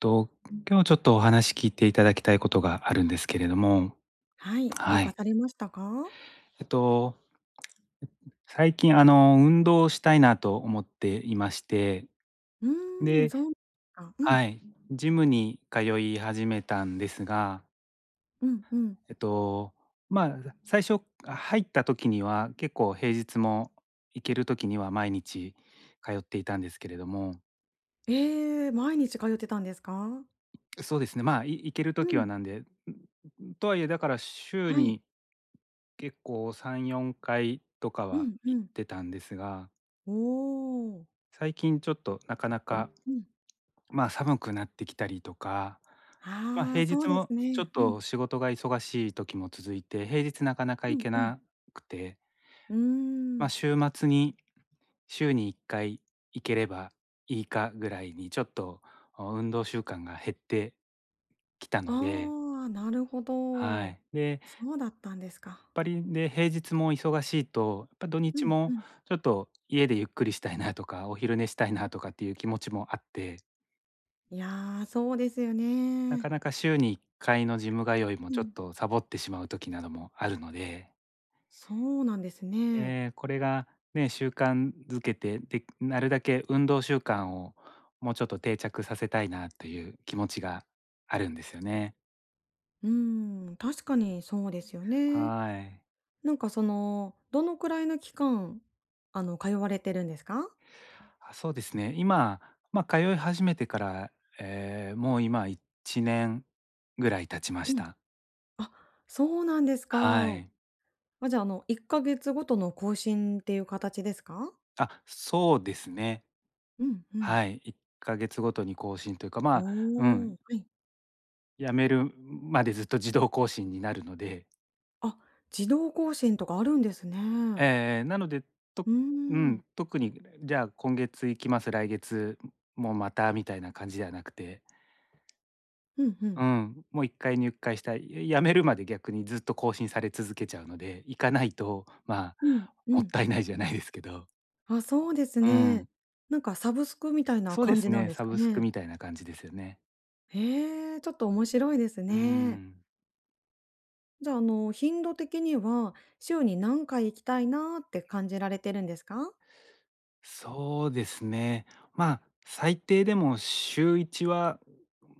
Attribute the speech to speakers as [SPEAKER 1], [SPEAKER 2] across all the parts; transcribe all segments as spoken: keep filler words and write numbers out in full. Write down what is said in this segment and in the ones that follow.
[SPEAKER 1] と、今日ちょっとお話聞いていただきたいことがあるんですけれども、
[SPEAKER 2] はい、どう
[SPEAKER 1] は
[SPEAKER 2] か
[SPEAKER 1] い。
[SPEAKER 2] されましたか？
[SPEAKER 1] えっと、最近あの、運動をしたいなと思っていまして、
[SPEAKER 2] うーん、
[SPEAKER 1] で、
[SPEAKER 2] そうか。うん、
[SPEAKER 1] はい、ジムに通い始めたんですが、
[SPEAKER 2] うん、うん。
[SPEAKER 1] えっと、まあ、最初入った時には結構平日も行ける時には毎日通っていたんですけれども、
[SPEAKER 2] ええ、毎日通ってたんですか？
[SPEAKER 1] そうですね、まあ、い行ける
[SPEAKER 2] う
[SPEAKER 1] 時
[SPEAKER 2] ん、
[SPEAKER 1] はなんで、んんとはいえだから週
[SPEAKER 2] はい。
[SPEAKER 1] に結構さん、よんかいとか
[SPEAKER 2] う
[SPEAKER 1] は
[SPEAKER 2] ん、う
[SPEAKER 1] 行っ
[SPEAKER 2] ん。
[SPEAKER 1] てたんですが、
[SPEAKER 2] おお。
[SPEAKER 1] 最近ちょっとなかなか、
[SPEAKER 2] うん。
[SPEAKER 1] まあ、寒くなってきたりとか、まあ、
[SPEAKER 2] ああ、
[SPEAKER 1] 平
[SPEAKER 2] そう
[SPEAKER 1] 日
[SPEAKER 2] で
[SPEAKER 1] も
[SPEAKER 2] す
[SPEAKER 1] ちょ
[SPEAKER 2] ね。
[SPEAKER 1] っ
[SPEAKER 2] うん、
[SPEAKER 1] と仕事が忙しい時も続いて、平日なかなか
[SPEAKER 2] う
[SPEAKER 1] 行
[SPEAKER 2] ん、
[SPEAKER 1] け
[SPEAKER 2] うん。
[SPEAKER 1] なくて、
[SPEAKER 2] うー
[SPEAKER 1] まあ、
[SPEAKER 2] ん。
[SPEAKER 1] 週末に週にいっかい行ければいいかぐらいにちょっと、運動習慣が減ってきたので、
[SPEAKER 2] ああ、なるほ
[SPEAKER 1] は
[SPEAKER 2] ど。
[SPEAKER 1] い。で
[SPEAKER 2] そうだったんですか。
[SPEAKER 1] ぱり、で、平日も忙しいと、やっぱ土
[SPEAKER 2] う
[SPEAKER 1] 日
[SPEAKER 2] ん、う
[SPEAKER 1] も
[SPEAKER 2] ん。
[SPEAKER 1] ちょっと家でゆっくりしたいなとか、お昼寝したいなとかっていう気持ちもあって、
[SPEAKER 2] いや、そうですよ
[SPEAKER 1] な
[SPEAKER 2] ね。
[SPEAKER 1] かなか週にいっかいのジム通いも
[SPEAKER 2] う
[SPEAKER 1] ちょっ
[SPEAKER 2] ん、
[SPEAKER 1] とサボってしまう時などもあるので、
[SPEAKER 2] そうなんですね。
[SPEAKER 1] えーこれがね、習慣づけて、で、なるだけ運動習慣をもうちょっと定着させたいなという気持ちがあるんですよね。
[SPEAKER 2] うーん、確かにそうですよね。
[SPEAKER 1] はーい。
[SPEAKER 2] なんかその、どのくらいの期間、あの、通われてるんですか？
[SPEAKER 1] あ、そうですね。今、まあ、通い始めてから、えーもう今いちねんぐらい経ちま
[SPEAKER 2] う
[SPEAKER 1] し
[SPEAKER 2] ん。
[SPEAKER 1] た。
[SPEAKER 2] あ、そうなんですか。
[SPEAKER 1] はい。
[SPEAKER 2] あ、じゃあ、あの、いっかげつごとの更新っていう形ですか？
[SPEAKER 1] あ、そうですね。
[SPEAKER 2] うんうん。
[SPEAKER 1] はい。いっかげつごとに更新というか、ま
[SPEAKER 2] お
[SPEAKER 1] あ、うん、
[SPEAKER 2] お、はい。
[SPEAKER 1] 辞めるまでずっと自動更新になるので。
[SPEAKER 2] あ、自動更新とかあるんですね。
[SPEAKER 1] えーなので、と
[SPEAKER 2] う
[SPEAKER 1] う
[SPEAKER 2] ーん。
[SPEAKER 1] ん、特に、じゃあ今月行きます、来月もまたみたいな感じではなくて、
[SPEAKER 2] うんうん。
[SPEAKER 1] うん、もういっかい入会したい、や辞めるまで逆にずっと更新され続けちゃうので、行かないと、まあ、
[SPEAKER 2] うんう
[SPEAKER 1] もっ
[SPEAKER 2] ん。
[SPEAKER 1] たいないじゃないですけど、
[SPEAKER 2] あ、そうです
[SPEAKER 1] う
[SPEAKER 2] ね。
[SPEAKER 1] ん、
[SPEAKER 2] なんかサブスクみたいな
[SPEAKER 1] そうで
[SPEAKER 2] 感じ
[SPEAKER 1] す
[SPEAKER 2] なん
[SPEAKER 1] ね、
[SPEAKER 2] です
[SPEAKER 1] サ
[SPEAKER 2] か
[SPEAKER 1] ブスク
[SPEAKER 2] ね。
[SPEAKER 1] みたいな感じですよね。
[SPEAKER 2] へえ、ちょっと面白いです
[SPEAKER 1] う
[SPEAKER 2] ね。
[SPEAKER 1] ん、
[SPEAKER 2] じゃあ、あの、頻度的には、週に何回行きたいなーって感じられてるんですか？
[SPEAKER 1] そうですね。まあ、最低でも週いちは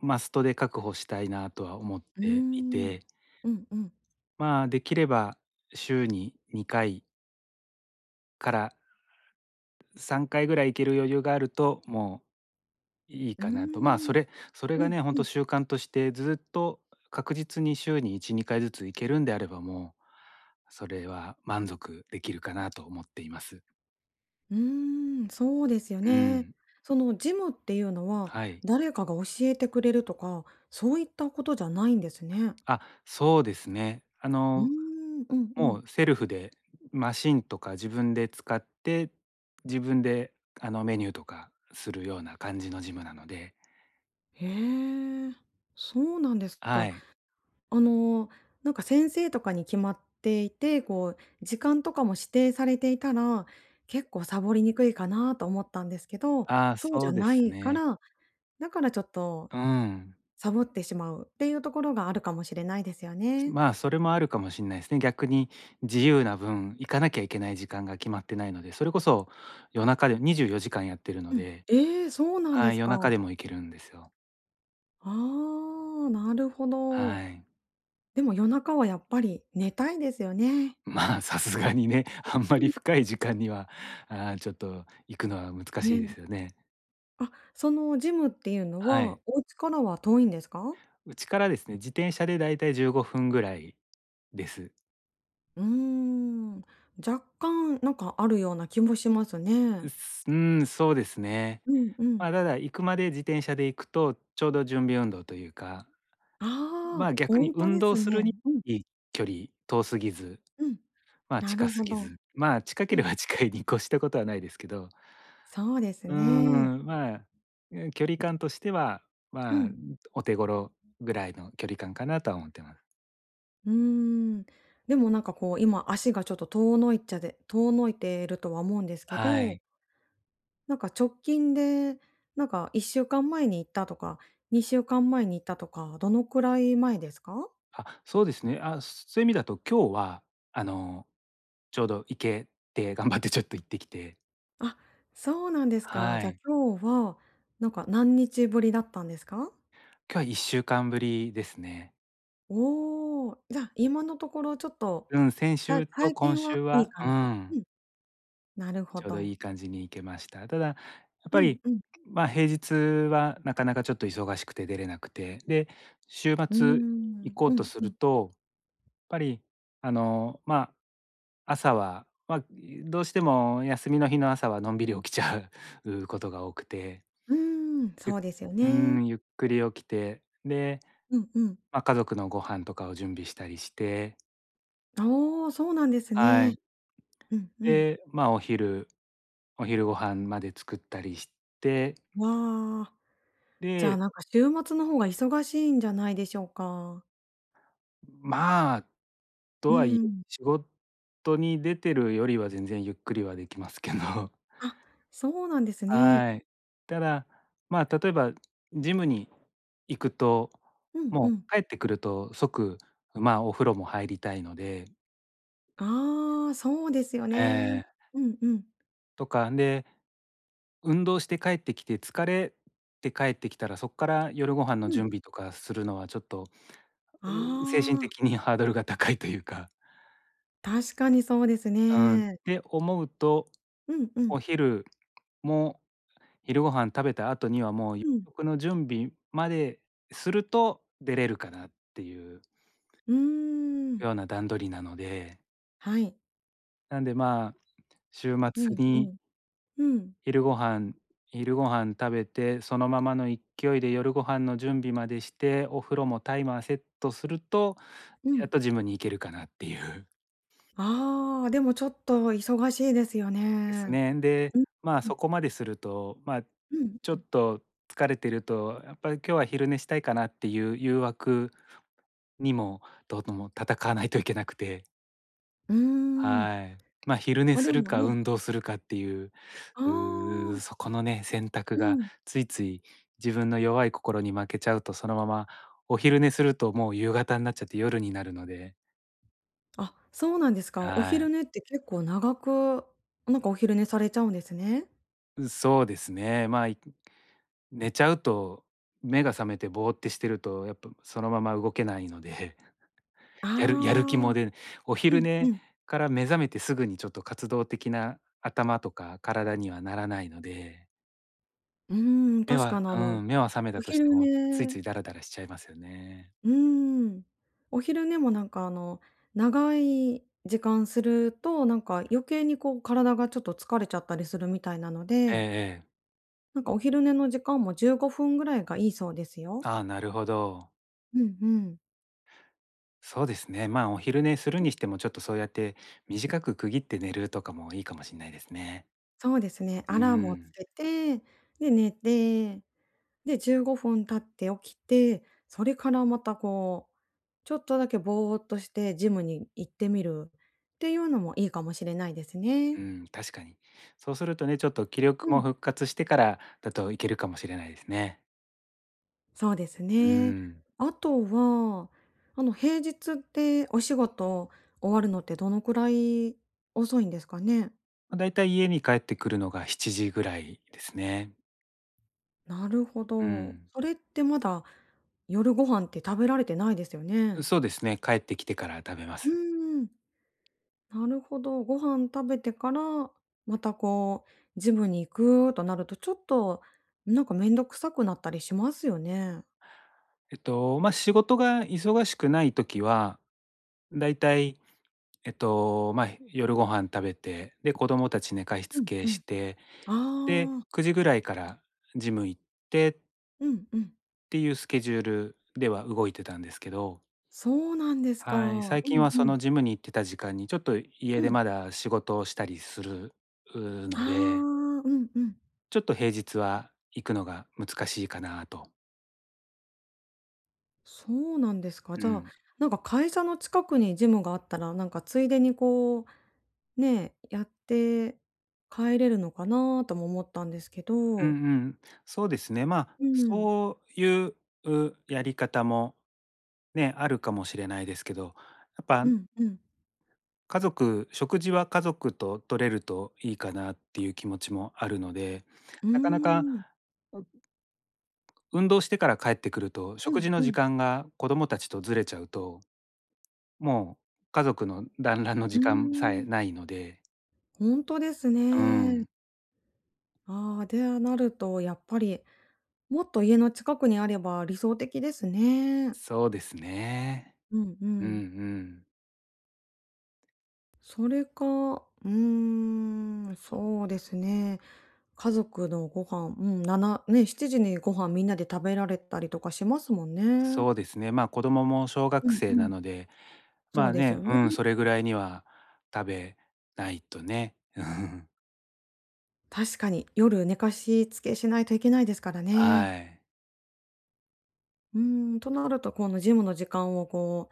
[SPEAKER 1] マストで確保したいなとは思っ
[SPEAKER 2] うー
[SPEAKER 1] てい
[SPEAKER 2] ん。
[SPEAKER 1] て、
[SPEAKER 2] うんうん。
[SPEAKER 1] まあ、できれば週ににかいからさんかいぐらい行ける余裕があると、もういい
[SPEAKER 2] うー
[SPEAKER 1] かなと。まあ、そ
[SPEAKER 2] ん。
[SPEAKER 1] れそれ
[SPEAKER 2] う
[SPEAKER 1] が
[SPEAKER 2] ん
[SPEAKER 1] ね、ほん
[SPEAKER 2] う
[SPEAKER 1] と
[SPEAKER 2] ん。
[SPEAKER 1] 習慣としてずっと確実に週にいち、にかいずつ行けるんであれば、もう、それは満足できるかなと思っています。
[SPEAKER 2] うーん、そうですよ
[SPEAKER 1] う
[SPEAKER 2] ね。
[SPEAKER 1] ん、
[SPEAKER 2] そのジムっていうのは、
[SPEAKER 1] はい。
[SPEAKER 2] 誰かが教えてくれるとか、そういったことじゃないんですね。
[SPEAKER 1] あ、そうですね。あ
[SPEAKER 2] うー
[SPEAKER 1] の、
[SPEAKER 2] ん、うんう
[SPEAKER 1] も
[SPEAKER 2] ん。
[SPEAKER 1] うセルフでマシンとか自分で使って、自分で、あの、メニューとかするような感じのジムなので、
[SPEAKER 2] へえ、そうなんです
[SPEAKER 1] は
[SPEAKER 2] か。
[SPEAKER 1] い。
[SPEAKER 2] あの、なんか先生とかに決まっていて、こう時間とかも指定されていたら、結構サボりにくいかなと思ったんですけど、
[SPEAKER 1] ああ、
[SPEAKER 2] そうじ
[SPEAKER 1] そ
[SPEAKER 2] ゃ
[SPEAKER 1] うで
[SPEAKER 2] な
[SPEAKER 1] す
[SPEAKER 2] いか
[SPEAKER 1] ね。
[SPEAKER 2] ら、だからちょっと
[SPEAKER 1] うん。
[SPEAKER 2] サボってしまうっていうところがあるかもしれないですよね。
[SPEAKER 1] まあ、それもあるかもしれないですね。逆に自由な分、行かなきゃいけない時間が決まってないので、それこそ夜中でにじゅうよじかんやってるの
[SPEAKER 2] うん。
[SPEAKER 1] で、
[SPEAKER 2] えーそうなんで
[SPEAKER 1] はい、
[SPEAKER 2] す
[SPEAKER 1] 夜中
[SPEAKER 2] か。
[SPEAKER 1] でも行けるんですよ。
[SPEAKER 2] ああ、なるほど。
[SPEAKER 1] はい。
[SPEAKER 2] でも夜中はやっぱり寝たいですよね。
[SPEAKER 1] まあ、さすがにね、あんま
[SPEAKER 2] う
[SPEAKER 1] り
[SPEAKER 2] ん
[SPEAKER 1] 深い時間には、あーちょっと行くのは難
[SPEAKER 2] ね
[SPEAKER 1] しいで
[SPEAKER 2] え。
[SPEAKER 1] すよね。
[SPEAKER 2] あ、そのジムっていうの
[SPEAKER 1] は
[SPEAKER 2] は、
[SPEAKER 1] い。
[SPEAKER 2] お家からは遠いんですか？
[SPEAKER 1] うちからですね、自転車でだいたいじゅうごふんぐらいです。
[SPEAKER 2] うーん、若干なんかあるような気もしますね。
[SPEAKER 1] うすうん、そうですね。
[SPEAKER 2] うんうん。
[SPEAKER 1] まあ、ただ行くまで自転車で行くと、ちょうど準備運動というか、
[SPEAKER 2] あ
[SPEAKER 1] ま
[SPEAKER 2] あ、
[SPEAKER 1] あ、逆
[SPEAKER 2] ほ
[SPEAKER 1] に
[SPEAKER 2] んと
[SPEAKER 1] 運
[SPEAKER 2] で
[SPEAKER 1] 動
[SPEAKER 2] す
[SPEAKER 1] す
[SPEAKER 2] ね。
[SPEAKER 1] るに
[SPEAKER 2] うん、
[SPEAKER 1] いい距離、遠すぎず、
[SPEAKER 2] うん。
[SPEAKER 1] まあ、
[SPEAKER 2] な
[SPEAKER 1] 近
[SPEAKER 2] る
[SPEAKER 1] す
[SPEAKER 2] ほ
[SPEAKER 1] ぎ
[SPEAKER 2] ど。
[SPEAKER 1] ず、まあ、近け
[SPEAKER 2] う
[SPEAKER 1] れ
[SPEAKER 2] ん、
[SPEAKER 1] ば近いに越したことはないですけど、
[SPEAKER 2] そうです
[SPEAKER 1] うー
[SPEAKER 2] ね。
[SPEAKER 1] ん、まあ、え距離感としては、
[SPEAKER 2] う
[SPEAKER 1] まあ、
[SPEAKER 2] ん。
[SPEAKER 1] お手頃ぐらいの距離感かなとは思ってます。
[SPEAKER 2] うーん。でもなんかこう、今足がちょっと遠のいっちゃで遠のいてるとは思うんですけ
[SPEAKER 1] は
[SPEAKER 2] ど、
[SPEAKER 1] い。
[SPEAKER 2] なんか直近で、なんかいっしゅうかんまえに行ったとか、にしゅうかんまえに行ったとか、どのくらい前ですか？
[SPEAKER 1] あ、そうですね。あ、そういう意味だと今日は、あの、ちょうど行けて、頑張ってちょっと行ってきて、
[SPEAKER 2] あ、そうなんですか。
[SPEAKER 1] は
[SPEAKER 2] じゃあ、
[SPEAKER 1] い。
[SPEAKER 2] 今日は、なんか何日ぶりだったんですか？
[SPEAKER 1] 今日はいっしゅうかんぶりですね。
[SPEAKER 2] おお、じゃあ、今のところちょっと、
[SPEAKER 1] うん、先
[SPEAKER 2] さ
[SPEAKER 1] 週と
[SPEAKER 2] 最
[SPEAKER 1] 今
[SPEAKER 2] 近は
[SPEAKER 1] 週
[SPEAKER 2] いい
[SPEAKER 1] はう
[SPEAKER 2] 感じ。
[SPEAKER 1] ん。
[SPEAKER 2] うん、なるほ
[SPEAKER 1] ちょうどい
[SPEAKER 2] ど。
[SPEAKER 1] い感じに行けました。ただ、やっ
[SPEAKER 2] う
[SPEAKER 1] ぱ
[SPEAKER 2] ん
[SPEAKER 1] り、
[SPEAKER 2] うん。
[SPEAKER 1] まあ、平日はなかなかちょっと忙しくて出れなくて、で、週
[SPEAKER 2] うー
[SPEAKER 1] 末行
[SPEAKER 2] ん、
[SPEAKER 1] こ
[SPEAKER 2] う
[SPEAKER 1] うと
[SPEAKER 2] ん
[SPEAKER 1] す
[SPEAKER 2] う
[SPEAKER 1] る
[SPEAKER 2] ん。
[SPEAKER 1] と、やっぱり、あの、まあ、朝は、まあ、どうしても休みの日の朝はのんびり起きちゃう ことが多くて、
[SPEAKER 2] うーん、
[SPEAKER 1] ゆ
[SPEAKER 2] そうですよ
[SPEAKER 1] う
[SPEAKER 2] ね。
[SPEAKER 1] ん、ゆっくり起きて、で、
[SPEAKER 2] うんうん。
[SPEAKER 1] まあ、家族のご飯とかを準備したりして、
[SPEAKER 2] おお、そうなんです
[SPEAKER 1] は
[SPEAKER 2] ね。
[SPEAKER 1] い。
[SPEAKER 2] うんうん。
[SPEAKER 1] で、まあ、お昼お昼ご飯まで作ったりして、
[SPEAKER 2] わあ、じゃあ、
[SPEAKER 1] で、
[SPEAKER 2] なんか週末の方が忙しいんじゃないでしょうか？
[SPEAKER 1] まあ、と
[SPEAKER 2] う
[SPEAKER 1] はいえ、
[SPEAKER 2] ん。
[SPEAKER 1] 仕事に出てるよりは全然ゆっくりはできますけど。
[SPEAKER 2] あ、そうなんですね。
[SPEAKER 1] はい。ただ、まあ、例えばジムに行くと、
[SPEAKER 2] うんう
[SPEAKER 1] も
[SPEAKER 2] ん。
[SPEAKER 1] う帰ってくると即、まあ、お風呂も入りたいので、
[SPEAKER 2] ああ、そうですよね。
[SPEAKER 1] えー
[SPEAKER 2] うんうん。
[SPEAKER 1] とか、で、運動して帰ってきて疲れて帰ってきたら、そこから夜ご飯の
[SPEAKER 2] うん。
[SPEAKER 1] 準備とかするのはちょっと、う精神
[SPEAKER 2] ああ、
[SPEAKER 1] 的にハードルが高いというか。
[SPEAKER 2] 確かにそうです
[SPEAKER 1] うん、っ
[SPEAKER 2] ね。
[SPEAKER 1] て思うと、
[SPEAKER 2] うんう
[SPEAKER 1] お
[SPEAKER 2] ん。
[SPEAKER 1] 昼も昼ご飯食べた後にはもう夕
[SPEAKER 2] うん。
[SPEAKER 1] 食の準備まですると出れるかなっていう
[SPEAKER 2] うーん。
[SPEAKER 1] ような段取りなので、
[SPEAKER 2] はい。
[SPEAKER 1] なんで、まあ、週
[SPEAKER 2] う
[SPEAKER 1] 末
[SPEAKER 2] んう
[SPEAKER 1] に
[SPEAKER 2] ん。うん。
[SPEAKER 1] 昼ご飯昼ご飯食べて、そのままの勢いで夜ご飯の準備までして、お風呂もタイマーセットすると、
[SPEAKER 2] う
[SPEAKER 1] やっ
[SPEAKER 2] ん。
[SPEAKER 1] とジムに行けるかなっていう。
[SPEAKER 2] ああ、でもちょっと忙しいですよね。
[SPEAKER 1] ですね。で、
[SPEAKER 2] うん。
[SPEAKER 1] まあ、
[SPEAKER 2] うん。
[SPEAKER 1] そこまですると、まあ、
[SPEAKER 2] うん。
[SPEAKER 1] ちょっと疲れてると、やっぱり今日は昼寝したいかなっていう誘惑にも、どうとも戦わないといけなくて、
[SPEAKER 2] うーん。
[SPEAKER 1] はい。まあ、昼寝
[SPEAKER 2] あ、で
[SPEAKER 1] する
[SPEAKER 2] も
[SPEAKER 1] か
[SPEAKER 2] ね
[SPEAKER 1] 運動するかっていう、
[SPEAKER 2] あ
[SPEAKER 1] う
[SPEAKER 2] あ、
[SPEAKER 1] ーそこのね、選択
[SPEAKER 2] う
[SPEAKER 1] が
[SPEAKER 2] ん。
[SPEAKER 1] ついつい自分の弱い心に負けちゃうと、そのままお昼寝するともう夕方になっちゃって夜になるので、
[SPEAKER 2] あ、そうなんですか。お
[SPEAKER 1] は
[SPEAKER 2] 昼寝
[SPEAKER 1] い。
[SPEAKER 2] って結構長く、なんかお昼寝されちゃうんですね。
[SPEAKER 1] そうですね。まあ寝ちゃうと、目が覚めてぼーってしてると、やっぱそのまま動けないので
[SPEAKER 2] あ
[SPEAKER 1] やる やる気
[SPEAKER 2] あ、
[SPEAKER 1] も出ない。お
[SPEAKER 2] う
[SPEAKER 1] 昼
[SPEAKER 2] んう
[SPEAKER 1] 寝
[SPEAKER 2] ん。
[SPEAKER 1] から目覚めてすぐにちょっと活動的な頭とか体にはならないので、
[SPEAKER 2] うーん、
[SPEAKER 1] 目
[SPEAKER 2] 確か
[SPEAKER 1] は
[SPEAKER 2] にあ
[SPEAKER 1] う
[SPEAKER 2] の、
[SPEAKER 1] ん、目は覚め
[SPEAKER 2] お
[SPEAKER 1] たとし
[SPEAKER 2] 昼
[SPEAKER 1] ても、ついつ
[SPEAKER 2] 寝
[SPEAKER 1] いダラダラしちゃいますよね。
[SPEAKER 2] うーん。お昼寝もなんかあの、長い時間すると、なんか余計にこう体がちょっと疲れちゃったりするみたいなの
[SPEAKER 1] ええ
[SPEAKER 2] で、
[SPEAKER 1] ええ。
[SPEAKER 2] なんかお昼寝の時間もじゅうごふんぐらいがいいそうですよ。
[SPEAKER 1] ああ、なるほど。
[SPEAKER 2] うんうん。
[SPEAKER 1] そうですね。まあ、お昼寝するにしても、ちょっとそうやって短く区切って寝るとかもいいかもしれないですね。
[SPEAKER 2] そうですね、
[SPEAKER 1] う
[SPEAKER 2] アラームをつ
[SPEAKER 1] ん。
[SPEAKER 2] けて、で、寝てで、じゅうごふん経って起きて、それからまたこう、ちょっとだけぼーっとしてジムに行ってみるっていうのもいいかもしれないですね。
[SPEAKER 1] うん、確かに。そうするとね、ちょっと気力
[SPEAKER 2] うん、
[SPEAKER 1] も復活してからだといけるかもしれないですね。
[SPEAKER 2] そうです
[SPEAKER 1] う
[SPEAKER 2] ね。
[SPEAKER 1] ん。
[SPEAKER 2] あとは、あの、平日ってお仕事終わるのってどのくらい遅いんですかね？
[SPEAKER 1] ま、だいたい家に帰ってくるのがしちじぐらいですね。
[SPEAKER 2] なるほ
[SPEAKER 1] う
[SPEAKER 2] ど。
[SPEAKER 1] ん。
[SPEAKER 2] それってまだ夜ご飯って食べられてないですよね？
[SPEAKER 1] そうですね、帰ってきてから食べま
[SPEAKER 2] う
[SPEAKER 1] す。
[SPEAKER 2] ん。なるほど。ご飯食べてから、またこう、ジムに行くとなると、ちょっと、なんかめんどくさくなったりしますよね。
[SPEAKER 1] えっと、まあ、仕事が忙しくない時は、だいたい、えっと、まあ、夜ご飯食べて、で、子供たち寝かし
[SPEAKER 2] う
[SPEAKER 1] つ
[SPEAKER 2] ん
[SPEAKER 1] け
[SPEAKER 2] うん。
[SPEAKER 1] して、で、
[SPEAKER 2] ああ、
[SPEAKER 1] くじぐらいからジム行ってっ
[SPEAKER 2] うんうん。
[SPEAKER 1] ていうスケジュールでは動いてたんですけど、
[SPEAKER 2] そうなんですか。
[SPEAKER 1] はい、
[SPEAKER 2] う
[SPEAKER 1] 最近
[SPEAKER 2] ん
[SPEAKER 1] は
[SPEAKER 2] う
[SPEAKER 1] そ
[SPEAKER 2] ん。
[SPEAKER 1] のジムに行ってた時間に、ちょっと家
[SPEAKER 2] う
[SPEAKER 1] で
[SPEAKER 2] ん。
[SPEAKER 1] まだ仕事をしたりするう
[SPEAKER 2] ああ、
[SPEAKER 1] ので、
[SPEAKER 2] うんうん。
[SPEAKER 1] ちょっと平日は行くのが難しいかなと。
[SPEAKER 2] そうなんですか。
[SPEAKER 1] う
[SPEAKER 2] じゃあ、
[SPEAKER 1] ん。
[SPEAKER 2] なんか会社の近くにジムがあったら、なんかついでにこう、ね、やって帰れるのかなとも思ったんですけ
[SPEAKER 1] うん
[SPEAKER 2] ど。
[SPEAKER 1] うん。そうですね。まあ、
[SPEAKER 2] うん。
[SPEAKER 1] そういううやり方もね、あるかもしれないですけど、やっぱ
[SPEAKER 2] うんうん。
[SPEAKER 1] 家族食事は家族と取れるといいかなっていう気持ちもあるので、
[SPEAKER 2] う
[SPEAKER 1] なかなか、
[SPEAKER 2] ーん。
[SPEAKER 1] う運動してから帰ってくると、
[SPEAKER 2] う
[SPEAKER 1] 食
[SPEAKER 2] ん
[SPEAKER 1] 事の
[SPEAKER 2] う
[SPEAKER 1] 時
[SPEAKER 2] ん。
[SPEAKER 1] 間が子供たちとずれちゃうと、もう、家族の団らんの
[SPEAKER 2] う
[SPEAKER 1] 時
[SPEAKER 2] ー
[SPEAKER 1] 間さえ
[SPEAKER 2] ん、
[SPEAKER 1] ないので、
[SPEAKER 2] ほんとです
[SPEAKER 1] う
[SPEAKER 2] ね。
[SPEAKER 1] ん、
[SPEAKER 2] ああ、で、なるとやっぱり、もっと家の近くにあれば理想的ですね。
[SPEAKER 1] そうですね。
[SPEAKER 2] うんう
[SPEAKER 1] うんう
[SPEAKER 2] ん。
[SPEAKER 1] ん。
[SPEAKER 2] それか、うーん、そうですね。家族のご飯、うん、7ね、しちじにご飯みんなで食べられたりとかしますもんね。
[SPEAKER 1] そうですね、まあ、子供も小
[SPEAKER 2] う
[SPEAKER 1] 学
[SPEAKER 2] んう
[SPEAKER 1] 生な
[SPEAKER 2] ん。
[SPEAKER 1] ので、ま
[SPEAKER 2] そう
[SPEAKER 1] あ
[SPEAKER 2] です
[SPEAKER 1] ね、
[SPEAKER 2] よね。
[SPEAKER 1] うん、それぐらいには食べないとね。うん、
[SPEAKER 2] 確かに、夜寝かしつけしないといけないですからね。
[SPEAKER 1] はい。
[SPEAKER 2] うーん、となると、このジムの時間をこ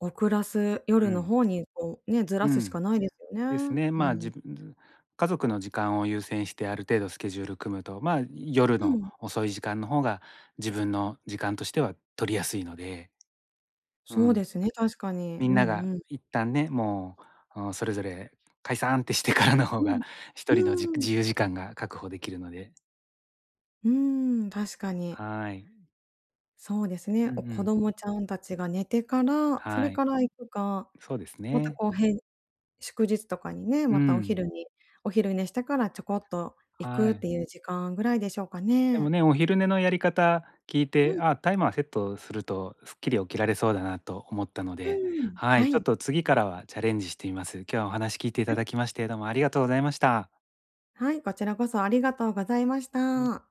[SPEAKER 2] う遅らす、
[SPEAKER 1] う
[SPEAKER 2] 夜の
[SPEAKER 1] ん、
[SPEAKER 2] 方にこうね、ずら
[SPEAKER 1] う
[SPEAKER 2] すし
[SPEAKER 1] ん、
[SPEAKER 2] かないです
[SPEAKER 1] です
[SPEAKER 2] よね。
[SPEAKER 1] ね。
[SPEAKER 2] う
[SPEAKER 1] まあ、
[SPEAKER 2] ん。
[SPEAKER 1] 自分家族の時間を優先してある程度スケジュール組むと、まあ、夜
[SPEAKER 2] う
[SPEAKER 1] の
[SPEAKER 2] ん、
[SPEAKER 1] 遅い時間の方が自分の時間としては取りやすいので、う
[SPEAKER 2] そう
[SPEAKER 1] ん。
[SPEAKER 2] ですね、確かに。
[SPEAKER 1] み
[SPEAKER 2] う
[SPEAKER 1] んな
[SPEAKER 2] ん
[SPEAKER 1] が
[SPEAKER 2] うん。
[SPEAKER 1] 一旦ね、もう、あ、それぞれ解散ってしてからの方
[SPEAKER 2] うん。
[SPEAKER 1] が、一人のじ
[SPEAKER 2] うーん。
[SPEAKER 1] 自由時間が確保できるので、
[SPEAKER 2] うーん、確かに。
[SPEAKER 1] はい。
[SPEAKER 2] そうです
[SPEAKER 1] う
[SPEAKER 2] ね、
[SPEAKER 1] んう
[SPEAKER 2] お子
[SPEAKER 1] ん。
[SPEAKER 2] 供ちゃんたちが寝てから、それ
[SPEAKER 1] はい。
[SPEAKER 2] から行くか、
[SPEAKER 1] そうです
[SPEAKER 2] また
[SPEAKER 1] ね。
[SPEAKER 2] こう、へん祝日とかにね、
[SPEAKER 1] う
[SPEAKER 2] またお昼
[SPEAKER 1] ん。
[SPEAKER 2] にお昼寝してからちょこっと行く
[SPEAKER 1] は
[SPEAKER 2] っ
[SPEAKER 1] い。
[SPEAKER 2] ていう時間ぐらいでしょうか
[SPEAKER 1] でも
[SPEAKER 2] ね。
[SPEAKER 1] ね、お昼寝のやり方聞い
[SPEAKER 2] うん、
[SPEAKER 1] て、
[SPEAKER 2] う
[SPEAKER 1] あ、タイマーセットするとすっきり起きられそうだなと思ったの
[SPEAKER 2] ー
[SPEAKER 1] で、
[SPEAKER 2] ん。
[SPEAKER 1] は
[SPEAKER 2] は
[SPEAKER 1] い、ちょ
[SPEAKER 2] い、
[SPEAKER 1] っと次からはチャレンジしてみます。今日はお話聞いてい
[SPEAKER 2] は
[SPEAKER 1] ただ
[SPEAKER 2] い、
[SPEAKER 1] きまして、どうもありがとうございました。
[SPEAKER 2] はい、こちらこそありがとうございまし
[SPEAKER 1] はい。
[SPEAKER 2] た。